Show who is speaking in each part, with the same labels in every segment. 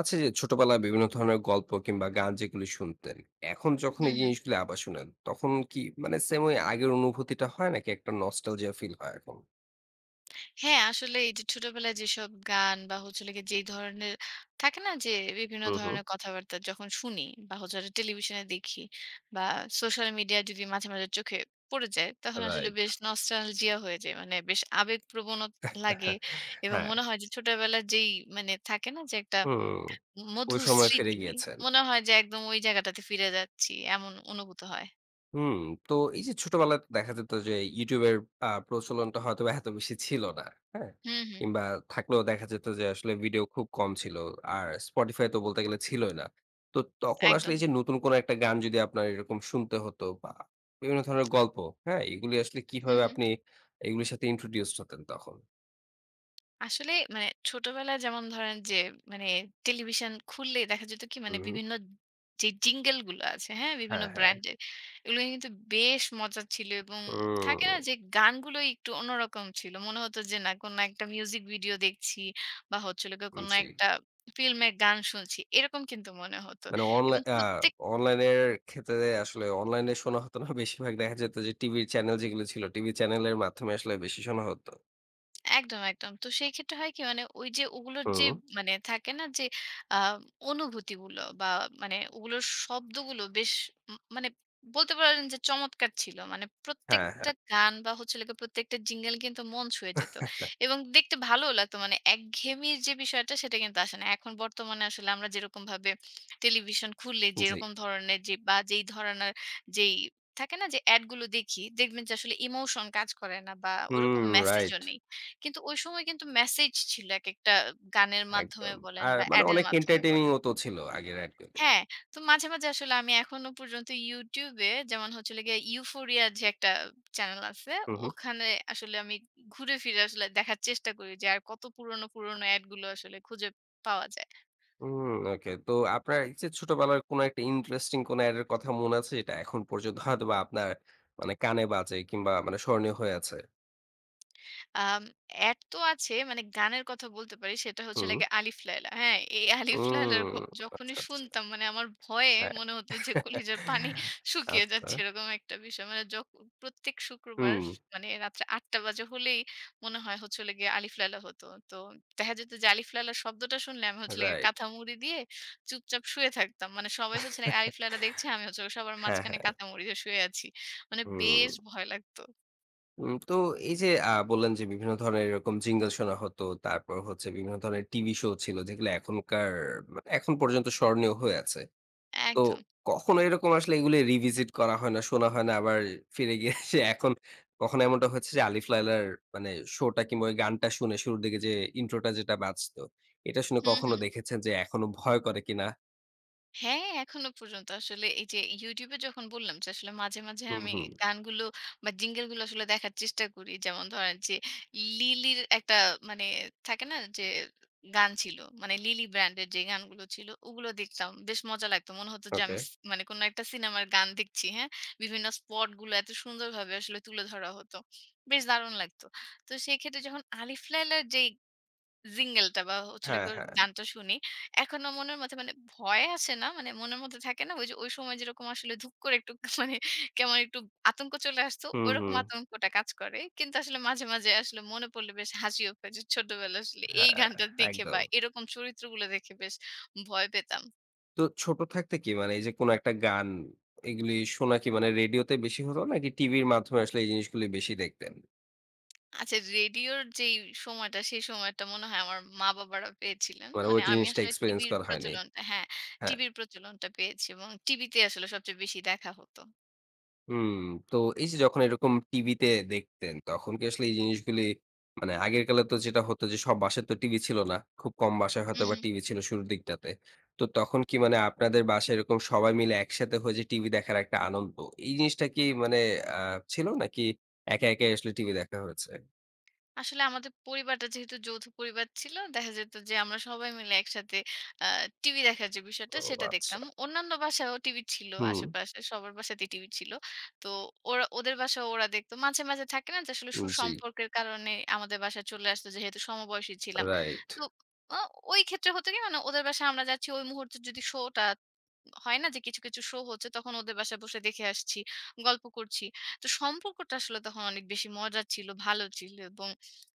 Speaker 1: আচ্ছা, এই যে ছোটবেলায় বিভিন্ন ধরনের গল্প কিংবা গান যেগুলো শুনতেন, এখন যখন
Speaker 2: হুম,
Speaker 1: এই
Speaker 2: হুম।
Speaker 1: জিনিসগুলো আবার শুনেন, তখন কি মানে সেম ওই আগের অনুভূতিটা হয় নাকি একটা নস্টালজিয়া ফিল হয় এখন?
Speaker 2: হ্যাঁ, আসলে এই যে ছোটবেলায় যেসব গান বা হচ্ছে হলো গিয়ে যেই ধরনের থাকে না যে বিভিন্ন
Speaker 1: হুম, হুম।
Speaker 2: ধরনের কথাবার্তা যখন শুনি বা হচ্ছে হলো টেলিভিশনে দেখি বা সোশ্যাল মিডিয়া যদি মাঝে মাঝে চোখে পড়ে যায় তখন আসলে
Speaker 1: রাইট।
Speaker 2: বেশ নস্টালজিয়া হয়ে যায়। মানে বেশ আবেগপ্রবণ লাগে এবং
Speaker 1: হ্যাঁ,
Speaker 2: মনে হয় যে ছোটবেলার যেই মানে থাকে না যে একটা
Speaker 1: হুম। ওই
Speaker 2: মধুর
Speaker 1: সময় ফিরে
Speaker 2: স্মৃতি
Speaker 1: গিয়েছেন।
Speaker 2: মনে হয় যে একদম ওই জায়গাটাতে ফিরে যাচ্ছি এমন অনুভূত হয়।
Speaker 1: হুম, তো এই যে ছোটবেলায় দেখা যেত যে YouTube এর প্রচলনটা হয়তোবা এত বেশি ছিল না। হ্যাঁ?
Speaker 2: হুম, হুম।
Speaker 1: কিংবা থাকলেও দেখা যেত যে আসলে ভিডিও খুব কম ছিল। আর Spotify তো বলতে গেলে ছিলই না। তো তখন আসলে
Speaker 2: একদম।
Speaker 1: এই যে নতুন কোন একটা গান যদি আপনার এরকম শুনতে হতো বা বিভিন্ন ধরনের গল্প, হ্যাঁ? এগুলি আসলে
Speaker 2: হুম,
Speaker 1: কিভাবে
Speaker 2: হুম।
Speaker 1: আপনি এগুলির সাথে introduced হতেন তখন?
Speaker 2: আসলে মানে ছোটবেলায় যেমন ধরেন যে মানে টেলিভিশন খুললেই দেখা যেত কি মানে
Speaker 1: হুম, হুম।
Speaker 2: বিভিন্ন যে জিঙ্গেল গুলো আছে, হ্যাঁ, বিভিন্ন
Speaker 1: হ্যাঁ, হ্যাঁ।
Speaker 2: ব্র্যান্ডের এগুলো কিন্তু বেশ মজা ছিল এবং থাকে না
Speaker 1: হুম,
Speaker 2: যে গানগুলো একটু অন্যরকম ছিল মনে হতো যে না কোনো একটা মিউজিক ভিডিও দেখছি বা হচ্ছিল গিয়ে কোনো
Speaker 1: জি।
Speaker 2: একটা ফিল্মের গান শুনছি এরকম কিন্তু মনে হতো
Speaker 1: মানে
Speaker 2: এবং প্রত্যেক
Speaker 1: অনলাইনের ক্ষেত্রে আসলে অনলাইনে শোনা হতো না। বেশিরভাগ দেখা যেত যে টিভির চ্যানেল যেগুলো ছিল, টিভি চ্যানেলের মাধ্যমে আসলে বেশি শোনা হতো।
Speaker 2: একদম, একদম। তো সেই ক্ষেত্রে হয় কি মানে ওই যে ওগুলোর যে
Speaker 1: হুম।
Speaker 2: মানে থাকে না যে আ অনুভূতিগুলো বা মানে ওগুলোর শব্দগুলো বেশ মানে বলতে পারেন যে চমৎকার ছিল। মানে
Speaker 1: হ্যাঁ,
Speaker 2: প্রত্যেকটা
Speaker 1: হ্যাঁ।
Speaker 2: গান বা হচ্ছে হলো গিয়ে প্রত্যেকটা jingle কিন্তু মন ছুঁয়ে যেত। এবং দেখতে ভালোও লাগতো মানে একঘেয়েমির যে বিষয়টা সেটা কিন্তু আসে না। এখন বর্তমানে আসলে আমরা যেরকমভাবে টেলিভিশন খুললে
Speaker 1: জি।
Speaker 2: যেরকম ধরনের যে বা যেই ধরনের যেই থাকে না যে এড গুলো দেখি, দেখবেন যে আসলে ইমোশন কাজ করে না বা ওরকম
Speaker 1: হুম,
Speaker 2: মেসেজও
Speaker 1: রাইট।
Speaker 2: নেই। কিন্তু ওই সময় কিন্তু মেসেজ ছিল একেকটা গানের মাধ্যমে
Speaker 1: একদম।
Speaker 2: বলেন
Speaker 1: আর
Speaker 2: বা
Speaker 1: মানে
Speaker 2: এড এর
Speaker 1: অনেক
Speaker 2: মাধ্যমে
Speaker 1: entertaining
Speaker 2: বলেন।
Speaker 1: ও তো ছিল আগের অ্যাড গুলি।
Speaker 2: হ্যাঁ, তো মাঝে, মাঝে আসলে আমি এখনো পর্যন্ত YouTube এ যেমন হচ্ছে হলো গিয়ে 'Euphoria' যে একটা চ্যানেল আছে,
Speaker 1: হু, হু।
Speaker 2: ওখানে আসলে আমি ঘুরে ফিরে আসলে দেখার চেষ্টা করি যে আর কত পুরনো, পুরনো এড গুলো আসলে খুঁজে পাওয়া যায়।
Speaker 1: হুম, ওকে। তো আপনার এই যে ছোটবেলার কোনো একটা ইন্টারেস্টিং কোন অ্যাড এর কথা মনে আছে? যেটা এখন পর্যন্ত হয়তোবা আপনার মানে কানে বাজে কিংবা মানে স্মরণীয় হয়ে আছে?
Speaker 2: আম অ্যাড তো আছে, মানে গানের কথা বলতে পারি, সেটা হচ্ছে
Speaker 1: হুম।
Speaker 2: লাগে 'আলিফ লায়লা'। হ্যাঁ, এই 'আলিফ লায়লা'র
Speaker 1: হুম।
Speaker 2: যখনই
Speaker 1: আচ্ছা, আচ্ছা।
Speaker 2: শুনতাম মানে আমার ভয়ে
Speaker 1: হ্যাঁ।
Speaker 2: মনে হতো যে কলিজার পানি শুকিয়ে
Speaker 1: আচ্ছা।
Speaker 2: যাচ্ছে এরকম একটা বিষয়। মানে প্রত্যেক শুক্রবার
Speaker 1: হুম,
Speaker 2: মানে রাত্রে ৮:০০ বাজে হলেই মনে হয় হচ্ছে হলো গিয়ে 'আলিফ লায়লা' হতো। তো দেখা যেত যে 'আলিফ লায়লা' শব্দটা শুনলে আমি হচ্ছে লাগে
Speaker 1: রাইট।
Speaker 2: কাঁথা মুড়ি দিয়ে চুপচাপ শুয়ে থাকতাম। মানে সবাই হচ্ছে লাগে 'আলিফ লায়লা' দেখছে, আমি হচ্ছে সবার
Speaker 1: হ্যাঁ,
Speaker 2: মাঝখানে
Speaker 1: হ্যাঁ।
Speaker 2: কাঁথা মুড়ি দিয়ে শুয়ে আছি। মানে
Speaker 1: হুম।
Speaker 2: বেশ ভয় লাগতো।
Speaker 1: তো এই যে বললেন যে বিভিন্ন ধরনের এরকম jingle শোনা হতো। তারপর হচ্ছে বিভিন্ন ধরনের টিভি শো ছিল যেগুলো এখনকার মানে এখন পর্যন্ত স্মরণীয় হয়ে আছে। তো
Speaker 2: একদম।
Speaker 1: কখনো এরকম আসলে এগুলো revisit করা হয় না, শোনা হয় না আবার ফিরে গিয়ে সে এখন কখনো এমনটা হয়েছে যে আলিফ লায়লার মানে শোটা কিংবা ওই গানটা শুনে শুরুর দিকে যে ইন্ট্রোটা যেটা বাজতো, এটা শুনে
Speaker 2: হুম,
Speaker 1: কখনো
Speaker 2: হুম।
Speaker 1: দেখেছেন যে এখনো ভয় করে কিনা?
Speaker 2: হ্যাঁ, এখনো পর্যন্ত আসলে এই যে YouTube এ যখন বললাম যে আসলে মাঝে, মাঝে
Speaker 1: হুম,
Speaker 2: আমি
Speaker 1: হুম।
Speaker 2: গানগুলো বা jingle গুলো আসলে দেখার চেষ্টা করি। যেমন ধরেন যে লিলির একটা মানে থাকে না যে গান ছিল। মানে লিলি ব্র্যান্ডের যে গানগুলো ছিল ওগুলো দেখতাম। বেশ মজা লাগতো। মনে হতো যে আমি
Speaker 1: ওকে।
Speaker 2: মানে কোনো একটা সিনেমার গান দেখছি, হ্যাঁ? বিভিন্ন স্পট গুলো এত সুন্দরভাবে আসলে তুলে ধরা হতো। বেশ দারুণ লাগতো। তো সেক্ষেত্রে যখন আলিফ লায়লার যেই jingle টা বা হচ্ছিল
Speaker 1: হ্যাঁ,
Speaker 2: গিয়ে
Speaker 1: হ্যাঁ।
Speaker 2: গানটা শুনি। এখনো মনের মধ্যে মানে ভয় আসে না। মানে মনের মধ্যে থাকে না? ওই যে ওই সময় যেরকম আসলে ধুপ করে একটু মানে কেমন একটু আতঙ্ক চলে আসতো,
Speaker 1: হুম,
Speaker 2: ওরকম
Speaker 1: হুম।
Speaker 2: আতঙ্কটা কাজ করে। কিন্তু আসলে মাঝে, মাঝে আসলে মনে পড়লে বেশ হাসিও পায় যে ছোটবেলায় আসলে এই
Speaker 1: হ্যাঁ,
Speaker 2: গানটা দেখে বা
Speaker 1: একদম।
Speaker 2: এরকম চরিত্রগুলো দেখে বেশ ভয় পেতাম।
Speaker 1: তো ছোট থাকতে কি মানে এই যে কোনো একটা গান এগুলি শোনা কি মানে রেডিওতে বেশি হতো নাকি টিভির মাধ্যমে আসলে এই জিনিসগুলি বেশি দেখতেন?
Speaker 2: আচ্ছা রেডিওর যেই সময়টা, সেই সময়টা মনে হয় আমার মা-বাবারা পেয়েছিলেন।
Speaker 1: মানে
Speaker 2: মানে
Speaker 1: ওই
Speaker 2: আমি
Speaker 1: জিনিসটা
Speaker 2: আসলে
Speaker 1: এক্সপেরিয়েন্স
Speaker 2: টিভির
Speaker 1: করা হয়নি।
Speaker 2: প্রচলনটা, হ্যাঁ,
Speaker 1: হ্যাঁ।
Speaker 2: টিভির প্রচলনটা পেয়েছি এবং টিভিতে আসলে সবচেয়ে বেশি দেখা হতো।
Speaker 1: হুম, তো এই যে যখন এরকম টিভিতে দেখতেন তখন কি আসলে এই জিনিসগুলি মানে আগের কালে তো যেটা হতো যে সব বাসায় তো টিভি ছিল না। খুব কম বাসায় হয়তোবা টিভি ছিল শুরুর দিকটাতে। তো তখন কি মানে আপনাদের বাসায় এরকম সবাই মিলে একসাথে হয়ে যে টিভি দেখার একটা আনন্দ, এই জিনিসটা কি মানে আ ছিল নাকি একা, একাই আসলে টিভি দেখা হয়েছে?
Speaker 2: আসলে আমাদের পরিবারটা যেহেতু যৌথ পরিবার ছিল, দেখা যেত যে আমরা সবাই মিলে একসাথে আ টিভি দেখার যে বিষয়টা
Speaker 1: ও
Speaker 2: সেটা দেখতাম।
Speaker 1: আচ্ছা।
Speaker 2: অন্যান্য বাসায়ও টিভি ছিল
Speaker 1: হুম,
Speaker 2: আশেপাশে, সবার বাসাতেই টিভি ছিল। তো ওরা ওদের বাসাও ওরা দেখত। মাঝে, মাঝে থাকে না যে আসলে
Speaker 1: জি।
Speaker 2: সুসম্পর্কের কারণে আমাদের বাসায় চলে আসতো যেহেতু সমবয়সী ছিলাম।
Speaker 1: রাইট।
Speaker 2: তো আ ওই ক্ষেত্রে হতো কি মানে ওদের বাসায় আমরা যাচ্ছি ওই মুহূর্তে যদি শোটা হয় না যে কিছু, কিছু শো হচ্ছে তখন ওদের বাসায় বসে দেখে আসছি, গল্প করছি। তো সম্পর্কটা আসলে তখন অনেক বেশি মজার ছিল, ভালো ছিল এবং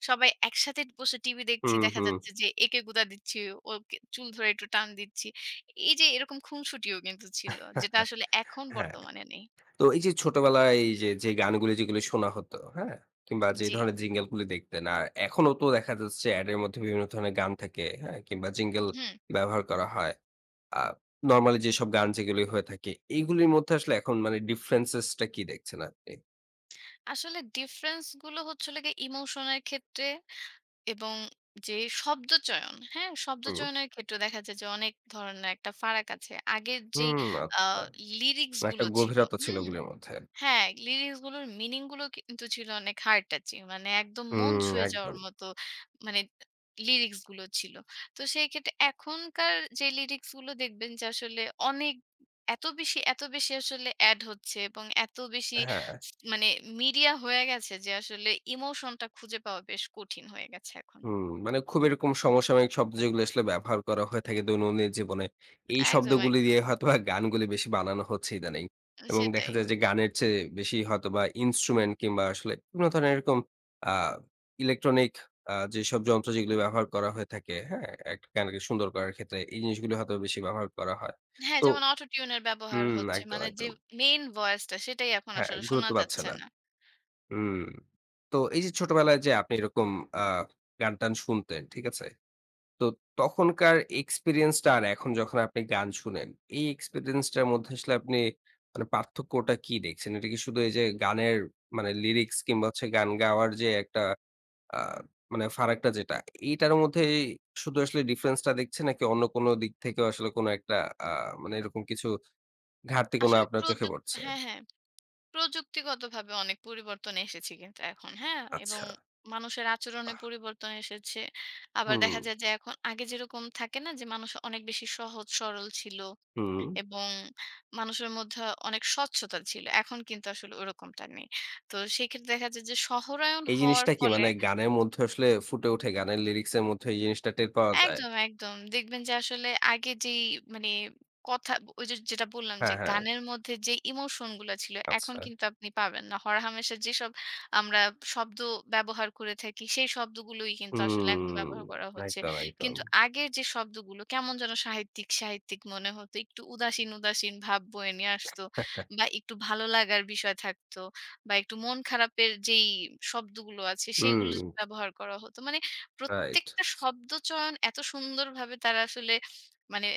Speaker 2: সবাই একসাথে বসে টিভি দেখছি।
Speaker 1: হুম,
Speaker 2: দেখা
Speaker 1: হুম।
Speaker 2: যাচ্ছে যে একে গুঁতা দিচ্ছি, ওকে চুল ধরে একটু টান দিচ্ছি। এই যে এরকম খুনসুটিও কিন্তু ছিল যেটা আসলে এখন
Speaker 1: হ্যাঁ।
Speaker 2: বর্তমানে নেই।
Speaker 1: তো এই যে ছোটবেলায় এই যে, যে গানগুলি যেগুলি শোনা হতো, হ্যাঁ? কিংবা যে
Speaker 2: জি।
Speaker 1: ধরনের জিঙ্গেল গুলি দেখতেন, আর এখনো তো দেখা যাচ্ছে এড এর মধ্যে বিভিন্ন ধরনের গান থাকে, হ্যাঁ? কিংবা জিঙ্গেল
Speaker 2: হুম।
Speaker 1: ব্যবহার করা হয়। আ নরমালি যেসব গান যেগুলি হয়ে থাকে, এইগুলির মধ্যে আসলে এখন মানে ডিফারেন্সেস টা কি দেখছেন আপনি?
Speaker 2: আসলে ডিফারেন্স গুলো হচ্ছে হলো গিয়ে ইমোশন এর ক্ষেত্রে এবং যে শব্দচয়ন, হ্যাঁ?
Speaker 1: হুম,
Speaker 2: শব্দচয়নের ক্ষেত্রে দেখা যায় যে অনেক ধরনের একটা ফারাক আছে। আগের যেই
Speaker 1: হুম,
Speaker 2: আ
Speaker 1: আচ্ছা।
Speaker 2: লিরিক্স
Speaker 1: মানে একটা
Speaker 2: গুলো ছিল,
Speaker 1: গভীরতা ছিল
Speaker 2: হুম?
Speaker 1: ওগুলির মধ্যে।
Speaker 2: হ্যাঁ, লিরিক্স গুলোর মিনিং গুলো কিন্তু ছিল অনেক হার্ট টাচিং। মানে একদম মন
Speaker 1: হুম,
Speaker 2: ছুঁয়ে যাওয়ার
Speaker 1: একদম।
Speaker 2: মতো মানে লিরিক্স গুলো ছিল। তো সেই ক্ষেত্রে এখনকার যে লিরিক্স গুলো দেখবেন যে আসলে অনেক এত বেশি, এত বেশি আসলে এড হচ্ছে এবং এত বেশি
Speaker 1: হ্যাঁ।
Speaker 2: মানে মিডিয়া হয়ে গেছে যে আসলে ইমোশনটা খুঁজে পাওয়া বেশ কঠিন হয়ে গেছে এখন।
Speaker 1: হুম, মানে খুব এরকম সমসাময়িক শব্দ যেগুলো আসলে ব্যবহার করা হয়ে থাকে দৈনন্দিন জীবনে, এই
Speaker 2: একদম,
Speaker 1: শব্দগুলি
Speaker 2: একদম।
Speaker 1: দিয়ে হয়তোবা গানগুলি বেশি বানানো হচ্ছে ইদানিং। এবং দেখা
Speaker 2: সেটাই।
Speaker 1: যায় যে গানের চেয়ে বেশি হয়তোবা ইন্সট্রুমেন্ট কিংবা আসলে বিভিন্ন ধরনের এরকম আ ইলেকট্রনিক যেসব যন্ত্র যেগুলো ব্যবহার করা হয়ে থাকে, হ্যাঁ? একটা গানকে সুন্দর করার ক্ষেত্রে এই জিনিসগুলো হয়তো বেশি ব্যবহার করা হয়।
Speaker 2: হ্যাঁ,
Speaker 1: তো
Speaker 2: যেমন অটো টিউন এর ব্যবহার
Speaker 1: হুম,
Speaker 2: হচ্ছে।
Speaker 1: একদম,
Speaker 2: মানে যে
Speaker 1: একদম।
Speaker 2: মেইন ভয়েসটা সেটাই এখন
Speaker 1: হ্যাঁ,
Speaker 2: আসলে শোনা
Speaker 1: গুরুত্ব পাচ্ছে
Speaker 2: যাচ্ছে
Speaker 1: না।
Speaker 2: না।
Speaker 1: হুম। তো এই যে ছোটবেলায় যে আপনি এরকম আ গান-টান শুনতেন, ঠিক আছে? তো তখনকার এক্সপেরিয়েন্সটা আর এখন যখন আপনি গান শুনেন, এই এক্সপেরিয়েন্সটার মধ্যে আসলে আপনি মানে পার্থক্যটা কি দেখছেন? এটা কি শুধু এই যে গানের মানে লিরিক্স কিংবা হচ্ছে গান গাওয়ার যে একটা আ মানে ফারাকটা যেটা, এইটার মধ্যেই শুধু আসলে ডিফারেন্সটা দেখছেন নাকি অন্য কোনো দিক থেকেও আসলে কোনো একটা আ মানে এরকম কিছু ঘাটতি কোনো
Speaker 2: আসলে
Speaker 1: আপনার চোখে পড়ছে?
Speaker 2: হ্যাঁ, হ্যাঁ। প্রযুক্তিগতভাবে অনেক পরিবর্তন এসেছে কিন্তু এখন। হ্যাঁ? এবং
Speaker 1: আচ্ছা।
Speaker 2: মানুষের আচরণে
Speaker 1: বাহ!
Speaker 2: পরিবর্তন এসেছে। আবার
Speaker 1: হুম,
Speaker 2: দেখা যায় যে এখন আগে যেরকম থাকে না যে মানুষ অনেক বেশি সহজ সরল ছিল
Speaker 1: হুম।
Speaker 2: এবং মানুষের মধ্যে অনেক স্বচ্ছতা ছিল। এখন কিন্তু আসলে ওরকমটা নেই। তো সেক্ষেত্রে দেখা যায় যে শহরায়ন
Speaker 1: এই
Speaker 2: হওয়ার
Speaker 1: জিনিসটা কি
Speaker 2: ফলে
Speaker 1: মানে গানের মধ্যে আসলে ফুটে ওঠে, গানের লিরিক্স এর মধ্যে এই জিনিসটা টের পাওয়া যায়?
Speaker 2: একদম, একদম। দেখবেন যে আসলে আগে যেই মানে কথা ওই যে যেটা বললাম যে
Speaker 1: হ্যাঁ, হ্যাঁ।
Speaker 2: গানের মধ্যে যে ইমোশন গুলা ছিল এখন
Speaker 1: আচ্ছা।
Speaker 2: কিন্তু আপনি পাবেন না। হরহামেশা যেসব আমরা শব্দ ব্যবহার করে থাকি সেই শব্দগুলোই কিন্তু আসলে এখন
Speaker 1: হুম,
Speaker 2: ব্যবহার করা হচ্ছে।
Speaker 1: একদম, একদম।
Speaker 2: কিন্তু আগের যে শব্দগুলো কেমন যেন সাহিত্যিক, সাহিত্যিক মনে হতো। একটু উদাসীন, উদাসীন ভাব বয়ে নিয়ে আসতো বা একটু ভালো লাগার বিষয় থাকতো বা একটু মন খারাপের যেই শব্দগুলো আছে সেগুলো
Speaker 1: হুম,
Speaker 2: ব্যবহার করা হতো। মানে
Speaker 1: রাইট।
Speaker 2: প্রত্যেকটা শব্দচয়ন এত সুন্দরভাবে তারা আসলে মানে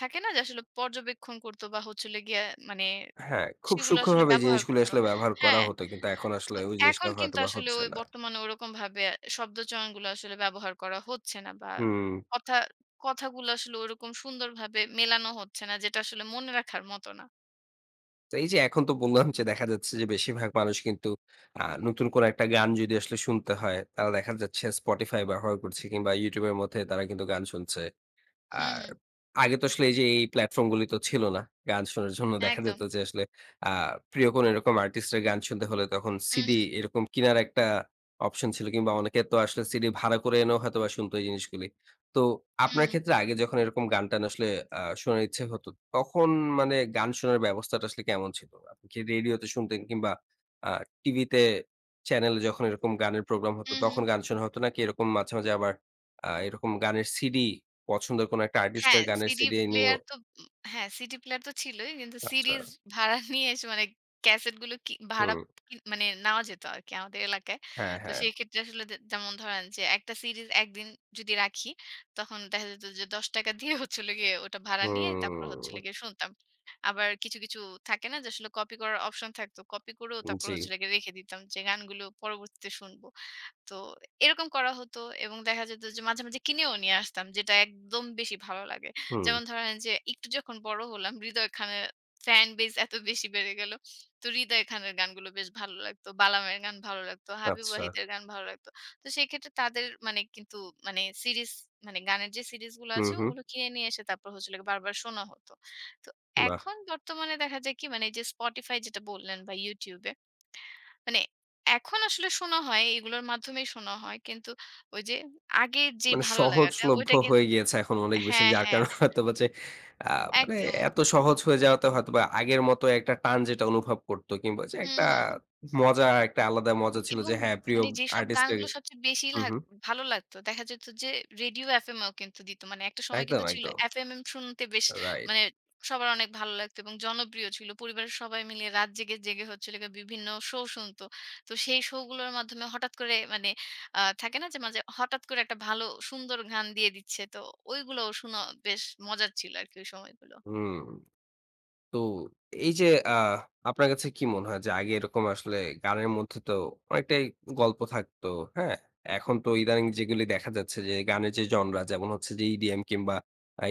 Speaker 2: থাকে না যে আসলে পর্যবেক্ষণ করতো বা হচ্ছে হলো গিয়ে মানে
Speaker 1: হ্যাঁ, খুব
Speaker 2: সেগুলো আসলে
Speaker 1: সূক্ষ্মভাবে এই
Speaker 2: ব্যবহার
Speaker 1: জিনিসগুলো
Speaker 2: করত।
Speaker 1: আসলে ব্যবহার করা
Speaker 2: হ্যাঁ,
Speaker 1: হতো। কিন্তু এখন
Speaker 2: তো
Speaker 1: আসলে ওই জিনিসটা
Speaker 2: এখন কিন্তু
Speaker 1: হয়তোবা
Speaker 2: আসলে
Speaker 1: হচ্ছে
Speaker 2: ওই
Speaker 1: না।
Speaker 2: বর্তমানে ওরকমভাবে শব্দচয়নগুলো আসলে ব্যবহার করা হচ্ছে না বা
Speaker 1: হুম।
Speaker 2: কথা, কথাগুলো আসলে ওরকম সুন্দরভাবে মেলানো হচ্ছে না যেটা আসলে মনে রাখার মতো না।
Speaker 1: তো এই যে এখন তো বললাম যে দেখা যাচ্ছে যে বেশিরভাগ মানুষ কিন্তু নতুন কোনো একটা গান যদি আসলে শুনতে হয়, তারা দেখা যাচ্ছে Spotify ব্যবহার করছে কিংবা YouTube এর মধ্যে তারা কিন্তু গান শুনছে।
Speaker 2: হুম,
Speaker 1: আর
Speaker 2: হুম।
Speaker 1: আগে তো আসলে এই যে এই প্ল্যাটফর্ম গুলি তো ছিল না। গান শোনার জন্য দেখা
Speaker 2: একদম।
Speaker 1: যেত যে আসলে আ প্রিয় কোনো এরকম আর্টিস্টের গান শুনতে হলে তখন
Speaker 2: হু,
Speaker 1: সিডি
Speaker 2: হু,
Speaker 1: এরকম কিনার একটা অপশন ছিল কিংবা অনেকে তো আসলে সিডি ভাড়া করে এনেও হয়তোবা শুনতো এই জিনিসগুলি। তো
Speaker 2: হু,
Speaker 1: আপনার
Speaker 2: হু,
Speaker 1: ক্ষেত্রে আগে যখন এরকম গান-টান আসলে শোনার ইচ্ছে হতো, তখন মানে গান শোনার ব্যবস্থাটা আসলে কেমন ছিল? আপনি কি রেডিওতে শুনতেন কিংবা আ টিভিতে চ্যানেলে যখন এরকম গানের প্রোগ্রাম হতো
Speaker 2: হু, হু।
Speaker 1: তখন গান শোনা হতো নাকি এরকম মাঝে, মাঝে আবার এরকম গানের সিডি পছন্দের কোনো একটা
Speaker 2: হ্যাঁ,
Speaker 1: আর্টিস্টের গানের
Speaker 2: সিডি
Speaker 1: সিডি নিয়েও
Speaker 2: প্লেয়ার তো উম হ্যাঁ, সিডি প্লেয়ার তো ছিলই। কিন্তু
Speaker 1: আচ্ছা।
Speaker 2: সিরিজ ভাড়া নিয়ে এসে মানে ক্যাসেট গুলো কি ভাড়া
Speaker 1: হুম।
Speaker 2: কি মানে নেওয়া যেত আরকি আমাদের এলাকায়।
Speaker 1: হ্যাঁ,
Speaker 2: তো
Speaker 1: হ্যাঁ।
Speaker 2: সেই ক্ষেত্রে আসলে যে যেমন ধরেন যে একটা সিরিজ একদিন যদি রাখি, তখন দেখা যেত যে ৳১০ দিয়ে হচ্ছিল গিয়ে ওটা ভাড়া নিয়ে তারপর হচ্ছিল
Speaker 1: হুম।
Speaker 2: গিয়ে শুনতাম। আবার কিছু, কিছু থাকে না যে আসলে কপি করার অপশন থাকতো। কপি করেও তারপর
Speaker 1: জি।
Speaker 2: হচ্ছিল গিয়ে রেখে দিতাম যে গানগুলো পরবর্তীতে শুনব। তো এরকম করা হতো এবং দেখা যেত যে মাঝে, মাঝে কিনেও নিয়ে আসতাম যেটা একদম বেশি ভালো লাগে।
Speaker 1: হুম।
Speaker 2: যেমন ধরেন যে একটু যখন বড় হলাম হৃদয় খানের ফ্যান বেস এত বেশি বেড়ে গেল। তো হৃদয় খানের গানগুলো বেশ ভালো লাগতো। বালামের গান ভালো লাগতো, হাবিব
Speaker 1: আচ্ছা।
Speaker 2: ওয়াহিদের গান ভালো লাগতো। তো সেক্ষেত্রে তাদের মানে কিন্তু মানে সিরিজ মানে গানের যে সিরিজগুলো
Speaker 1: হুম,
Speaker 2: আছে
Speaker 1: হুম।
Speaker 2: ওগুলো কিনে নিয়ে এসে তারপর হচ্ছে হলো গিয়ে বারবার শোনা হতো। তো
Speaker 1: বাহ!
Speaker 2: এখন বর্তমানে দেখা যায় কি, মানে এই যে Spotify যেটা বললেন বা YouTube এ মানে এখন আসলে শোনা হয়, এগুলোর মাধ্যমেই শোনা হয়। কিন্তু ওই যে আগের যে
Speaker 1: মানে
Speaker 2: ভালো লাগাটা
Speaker 1: সহজলভ্য
Speaker 2: ওইটা
Speaker 1: হয়ে গিয়েছে এখন অনেক বেশি।
Speaker 2: হ্যাঁ,
Speaker 1: যার
Speaker 2: হ্যাঁ,
Speaker 1: কারণে হয়তোবা যে আ মানে
Speaker 2: একদম।
Speaker 1: এত সহজ হয়ে যাওয়াতে হয়তোবা আগের মতো একটা টান যেটা অনুভব করত কিংবা যে
Speaker 2: হুম,
Speaker 1: একটা
Speaker 2: হুম।
Speaker 1: মজা একটা আলাদা মজা ছিল
Speaker 2: এবং
Speaker 1: যে হ্যাঁ, প্রিয়
Speaker 2: মানে যেসব
Speaker 1: আর্টিস্টের।
Speaker 2: গানগুলো সবচেয়ে বেশি
Speaker 1: হুম, হুম।
Speaker 2: ভালো লাগতো, দেখা যেত যে রেডিও এফএমও কিন্তু দিত। মানে একটা সময়
Speaker 1: একদম,
Speaker 2: কিন্তু ছিল
Speaker 1: একদম।
Speaker 2: এফএমএম শুনতে বেশ
Speaker 1: রাইট।
Speaker 2: মানে সবার অনেক ভালো লাগতো এবং জনপ্রিয় ছিল। পরিবারের সবাই মিলে রাত জেগে, জেগে হচ্ছিল গিয়ে বিভিন্ন শো শুনতো। তো সেই শো গুলোর মাধ্যমে হঠাৎ করে মানে থাকে না যে মাঝে হঠাৎ করে একটা ভালো সুন্দর গান দিয়ে দিচ্ছে। তো ওইগুলোও শোনা বেশ মজার ছিল আরকি ওই সময়গুলো।
Speaker 1: হুম। তো এই যে আহ আপনার কাছে কি মনে হয় যে আগে এরকম আসলে গানের মধ্যে তো অনেকটাই গল্প থাকতো, হ্যাঁ? এখন তো ইদানিং যেগুলি দেখা যাচ্ছে যে গানের যে জনরা যেমন হচ্ছে যে ইডিএম কিংবা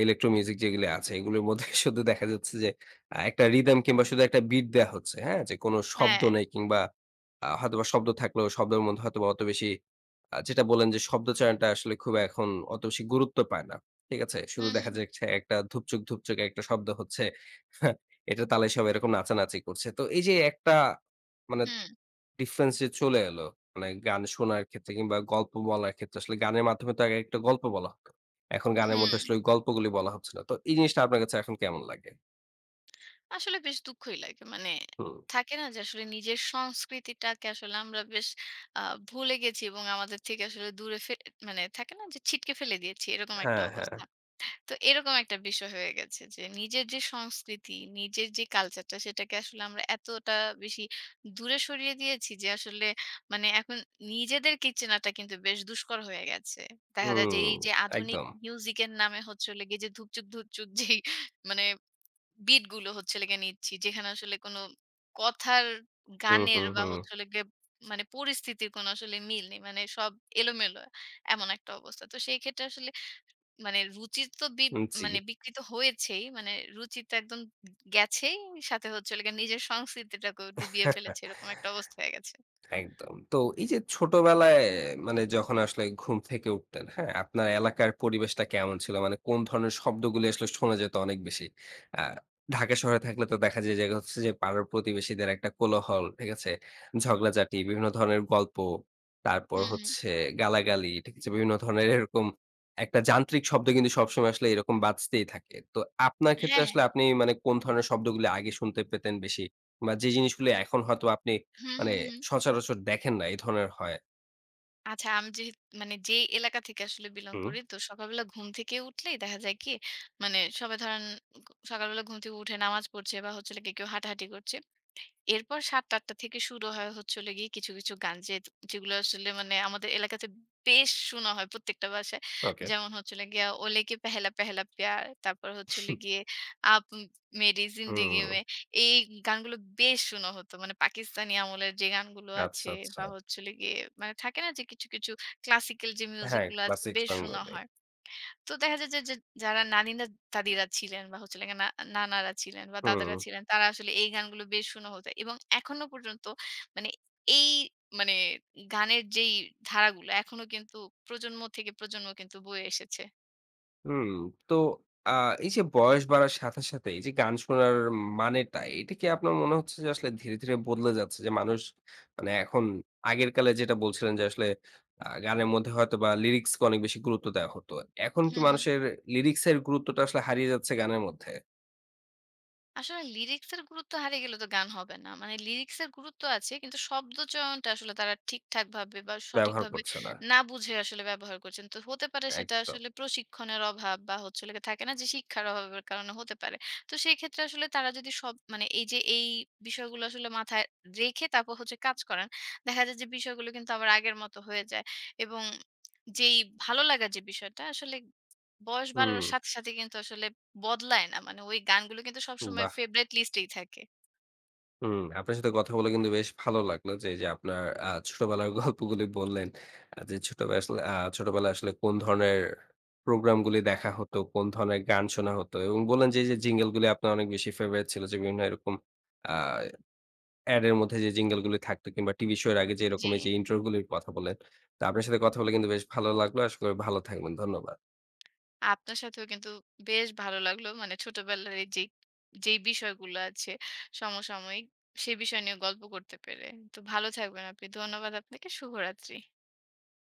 Speaker 1: ইলেকট্রো মিউজিক যেগুলি আছে এগুলোর মধ্যে শুধু দেখা যাচ্ছে যে একটা রিদম কিংবা শুধু একটা বিট দেওয়া হচ্ছে, হ্যাঁ? যে কোনো শব্দ
Speaker 2: হ্যাঁ।
Speaker 1: নেই কিংবা হয়তোবা শব্দ থাকলেও শব্দের মধ্যে হয়তোবা অত বেশি যেটা বলেন যে শব্দচয়নটা আসলে খুব এখন অত বেশি গুরুত্ব পায় না। ঠিক আছে, শুধু
Speaker 2: হুম,
Speaker 1: দেখা
Speaker 2: হুম,
Speaker 1: যাচ্ছে একটা ধুপচুক ধুপচুক একটা শব্দ হচ্ছে। এটার তালে সব এরকম নাচানাচি করছে। তো এই যে একটা মানে
Speaker 2: হুম,
Speaker 1: ডিফারেন্স যে চলে এলো, মানে গান শোনার ক্ষেত্রে কিংবা গল্প বলার ক্ষেত্রে আসলে গানের মাধ্যমে তো আগে একটা গল্প বলা হতো। এখন গানের
Speaker 2: হুম।
Speaker 1: মধ্যে আসলে ওই গল্পগুলি বলা হচ্ছে না। তো এই জিনিসটা আপনার কাছে এখন কেমন লাগে?
Speaker 2: আসলে বেশ দুঃখই লাগে। মানে
Speaker 1: হুম।
Speaker 2: থাকে না যে আসলে নিজের সংস্কৃতিটাকে আসলে আমরা বেশ আ ভুলে গেছি এবং আমাদের থেকে আসলে দূরে মানে থাকে না যে ছিটকে ফেলে দিয়েছি, এরকম একটা
Speaker 1: হ্যাঁ, হ্যাঁ।
Speaker 2: অবস্থা। তো এরকম একটা বিষয় হয়ে গেছে যে নিজের যে সংস্কৃতি, নিজের যে কালচারটা সেটাকে আসলে আমরা এতটা বেশি দূরে সরিয়ে দিয়েছি যে আসলে মানে এখন নিজেদেরকেই চেনাটা কিন্তু বেশ দুষ্কর হয়ে গেছে। দেখা যায় যে
Speaker 1: হুম,
Speaker 2: এই যে আধুনিক
Speaker 1: একদম।
Speaker 2: মিউজিক এর নামে হচ্ছে হলো গিয়ে যে ধুপচুক, ধুপচুক যেই মানে বিট গুলো হচ্ছে লেগে নিচ্ছি। যেখানে আসলে কোনো কথার,
Speaker 1: হুম,
Speaker 2: গানের
Speaker 1: হুম,
Speaker 2: বা
Speaker 1: হুম।
Speaker 2: হচ্ছে হলো গিয়ে মানে পরিস্থিতির কোনো আসলে মিল নেই। মানে সব এলোমেলো, এমন একটা অবস্থা। তো সেই ক্ষেত্রে আসলে মানে রুচি তো
Speaker 1: হুম, জি।
Speaker 2: মানে বিকৃত হয়েছেই। মানে রুচি তো একদম গেছেই। সাথে হচ্ছে হলো গিয়ে নিজের সংস্কৃতিটাকেও ডুবিয়ে ফেলেছে। এরকম একটা অবস্থা হয়ে গেছে।
Speaker 1: একদম। তো এই যে ছোটবেলায় মানে যখন আসলে ঘুম থেকে উঠতেন, হ্যাঁ? আপনার এলাকার পরিবেশটা কেমন ছিল? মানে কোন ধরনের শব্দগুলি আসলে শোনা যেত অনেক বেশি? আ ঢাকা শহরে থাকলে তো দেখা যায় যে হচ্ছে যে পাড়ার প্রতিবেশীদের একটা কোলাহল, ঠিক আছে? ঝগড়াঝাটি, বিভিন্ন ধরনের গল্প, তারপর
Speaker 2: হুম, হুম।
Speaker 1: হচ্ছে গালাগালি, ঠিক আছে? বিভিন্ন ধরনের এরকম একটা যান্ত্রিক শব্দ কিন্তু সবসময় আসলে এরকম বাজতেই থাকে। তো আপনার ক্ষেত্রে
Speaker 2: হ্যাঁ, হ্যাঁ।
Speaker 1: আসলে আপনি মানে কোন ধরনের শব্দগুলি আগে শুনতে পেতেন বেশি? বা যে জিনিসগুলি এখন হয়তো আপনি
Speaker 2: হুম,
Speaker 1: মানে
Speaker 2: হুম, হুম।
Speaker 1: সচরাচর দেখেন না এই ধরনের হয়।
Speaker 2: আচ্ছা, আমি যেহে মানে যে এলাকা থেকে আসলে belong
Speaker 1: হুম,
Speaker 2: করি, তো সকালবেলা ঘুম থেকে উঠলেই দেখা যায় কি? মানে সবাই ধরেন সকালবেলা ঘুম থেকে উঠে নামাজ পড়ছে বা হচ্ছে হলো গিয়ে কেউ হাঁটাহাঁটি করছে। এরপর ৭-৮টা থেকে শুরু হয় হচ্ছে হলো গিয়ে কিছু, কিছু গান যে যেগুলো আসলে মানে আমাদের এলাকাতে বেশ শোনা হয় প্রত্যেকটা বাসায়।
Speaker 1: ওকে।
Speaker 2: যেমন হচ্ছে হলো গিয়া 'ওলে কি পেহেলা পেহেলা প্যার' তারপর হচ্ছে হলো গিয়ে 'আপ মেরি জিন্দেগি
Speaker 1: হুম,
Speaker 2: মে' এই গানগুলো বেশ শোনা হতো। মানে পাকিস্তানি আমলের যে গানগুলো আছে
Speaker 1: আচ্ছা, আচ্ছা।
Speaker 2: বা হচ্ছে হলো গিয়ে মানে থাকে না যে কিছু, কিছু ক্লাসিক্যাল যে মিউজিক
Speaker 1: হ্যাঁ,
Speaker 2: গুলো আছে
Speaker 1: ক্লাসিক
Speaker 2: বেশ শোনা
Speaker 1: সঙ্গগুলি।
Speaker 2: হয়। তো দেখা যায় যে যে যারা নানিরা দাদিরা ছিলেন বা হচ্ছে লাগে না নানারা ছিলেন বা
Speaker 1: হুম,
Speaker 2: দাদারা ছিলেন তারা আসলে এই গানগুলো বেশ শোনা হতো এবং এখনো পর্যন্ত মানে এই মানে গানের যেই ধারাগুলো এখনো কিন্তু প্রজন্ম থেকে প্রজন্ম কিন্তু বয়ে এসেছে।
Speaker 1: হুম। তো আ এই যে বয়স বাড়ার সাথে, সাথে এই যে গান শোনার মানেটা, এটা কি আপনার মনে হচ্ছে যে আসলে ধীরে, ধীরে বদলে যাচ্ছে? যে মানুষ মানে এখন আগের কালে যেটা বলছিলেন যে আসলে গানের মধ্যে হয়তোবা লিরিক্সকে অনেক বেশি গুরুত্ব দেওয়া হতো। এখন কি
Speaker 2: হুম, হুম।
Speaker 1: মানুষের লিরিক্স এর গুরুত্বটা আসলে হারিয়ে যাচ্ছে গানের মধ্যে?
Speaker 2: আসলে লিরিক্সের গুরুত্ব হারিয়ে গেলে তো গান হবে না। মানে লিরিক্সের গুরুত্ব আছে কিন্তু শব্দচয়নটা আসলে তারা ঠিকঠাক ভাবে বা
Speaker 1: ব্যবহার
Speaker 2: সঠিকভাবে
Speaker 1: করছে না।
Speaker 2: না বুঝে আসলে ব্যবহার করছেন। তো হতে পারে সেটা
Speaker 1: একদম।
Speaker 2: আসলে প্রশিক্ষণের অভাব বা হচ্ছে হলো গিয়ে থাকে না যে শিক্ষার অভাবের কারণে হতে পারে। তো সেক্ষেত্রে আসলে তারা যদি সব মানে এই যে এই বিষয়গুলো আসলে মাথায় রেখে তারপর হচ্ছে কাজ করেন, দেখা যায় যে বিষয়গুলো কিন্তু আবার আগের মতো হয়ে যায় এবং যেই ভালো লাগার যে বিষয়টা আসলে বয়স
Speaker 1: হুম,
Speaker 2: বাড়ার সাথে, সাথে কিন্তু আসলে বদলায় না। মানে ওই গানগুলো কিন্তু সবসময়
Speaker 1: বাহ!
Speaker 2: ফেভারাইট লিস্টেই থাকে।
Speaker 1: হুম, আপনার সাথে কথা বলে কিন্তু বেশ ভালো লাগলো যে, এই যে আপনার ছোটবেলার গল্পগুলি বললেন। আ যে ছোটবেলায় আসলে আ ছোটবেলায় আসলে কোন ধরনের প্রোগ্রামগুলি দেখা হতো, কোন ধরনের গান শোনা হতো এবং বললেন যে, এই যে জিঙ্গলগুলি আপনার অনেক বেশি ফেভারাইট ছিল যে বিভিন্ন এরকম আ অ্যাড এর মধ্যে যে জিঙ্গলগুলি থাকতো কিংবা টিভি শো এর আগে যে
Speaker 2: জি,
Speaker 1: এরকম এই যে ইন্ট্রো গুলির কথা বললেন। তো আপনার সাথে কথা বলে কিন্তু বেশ ভালো লাগলো। আশা করি ভালো থাকবেন। ধন্যবাদ।
Speaker 2: আপনার সাথেও কিন্তু বেশ ভালো লাগলো। মানে ছোটবেলার এই যেই, যেই বিষয়গুলো আছে সমসাময়িক, সে বিষয় নিয়ে গল্প করতে পেরে। তো ভালো থাকবেন আপনি। ধন্যবাদ আপনাকে। শুভরাত্রি।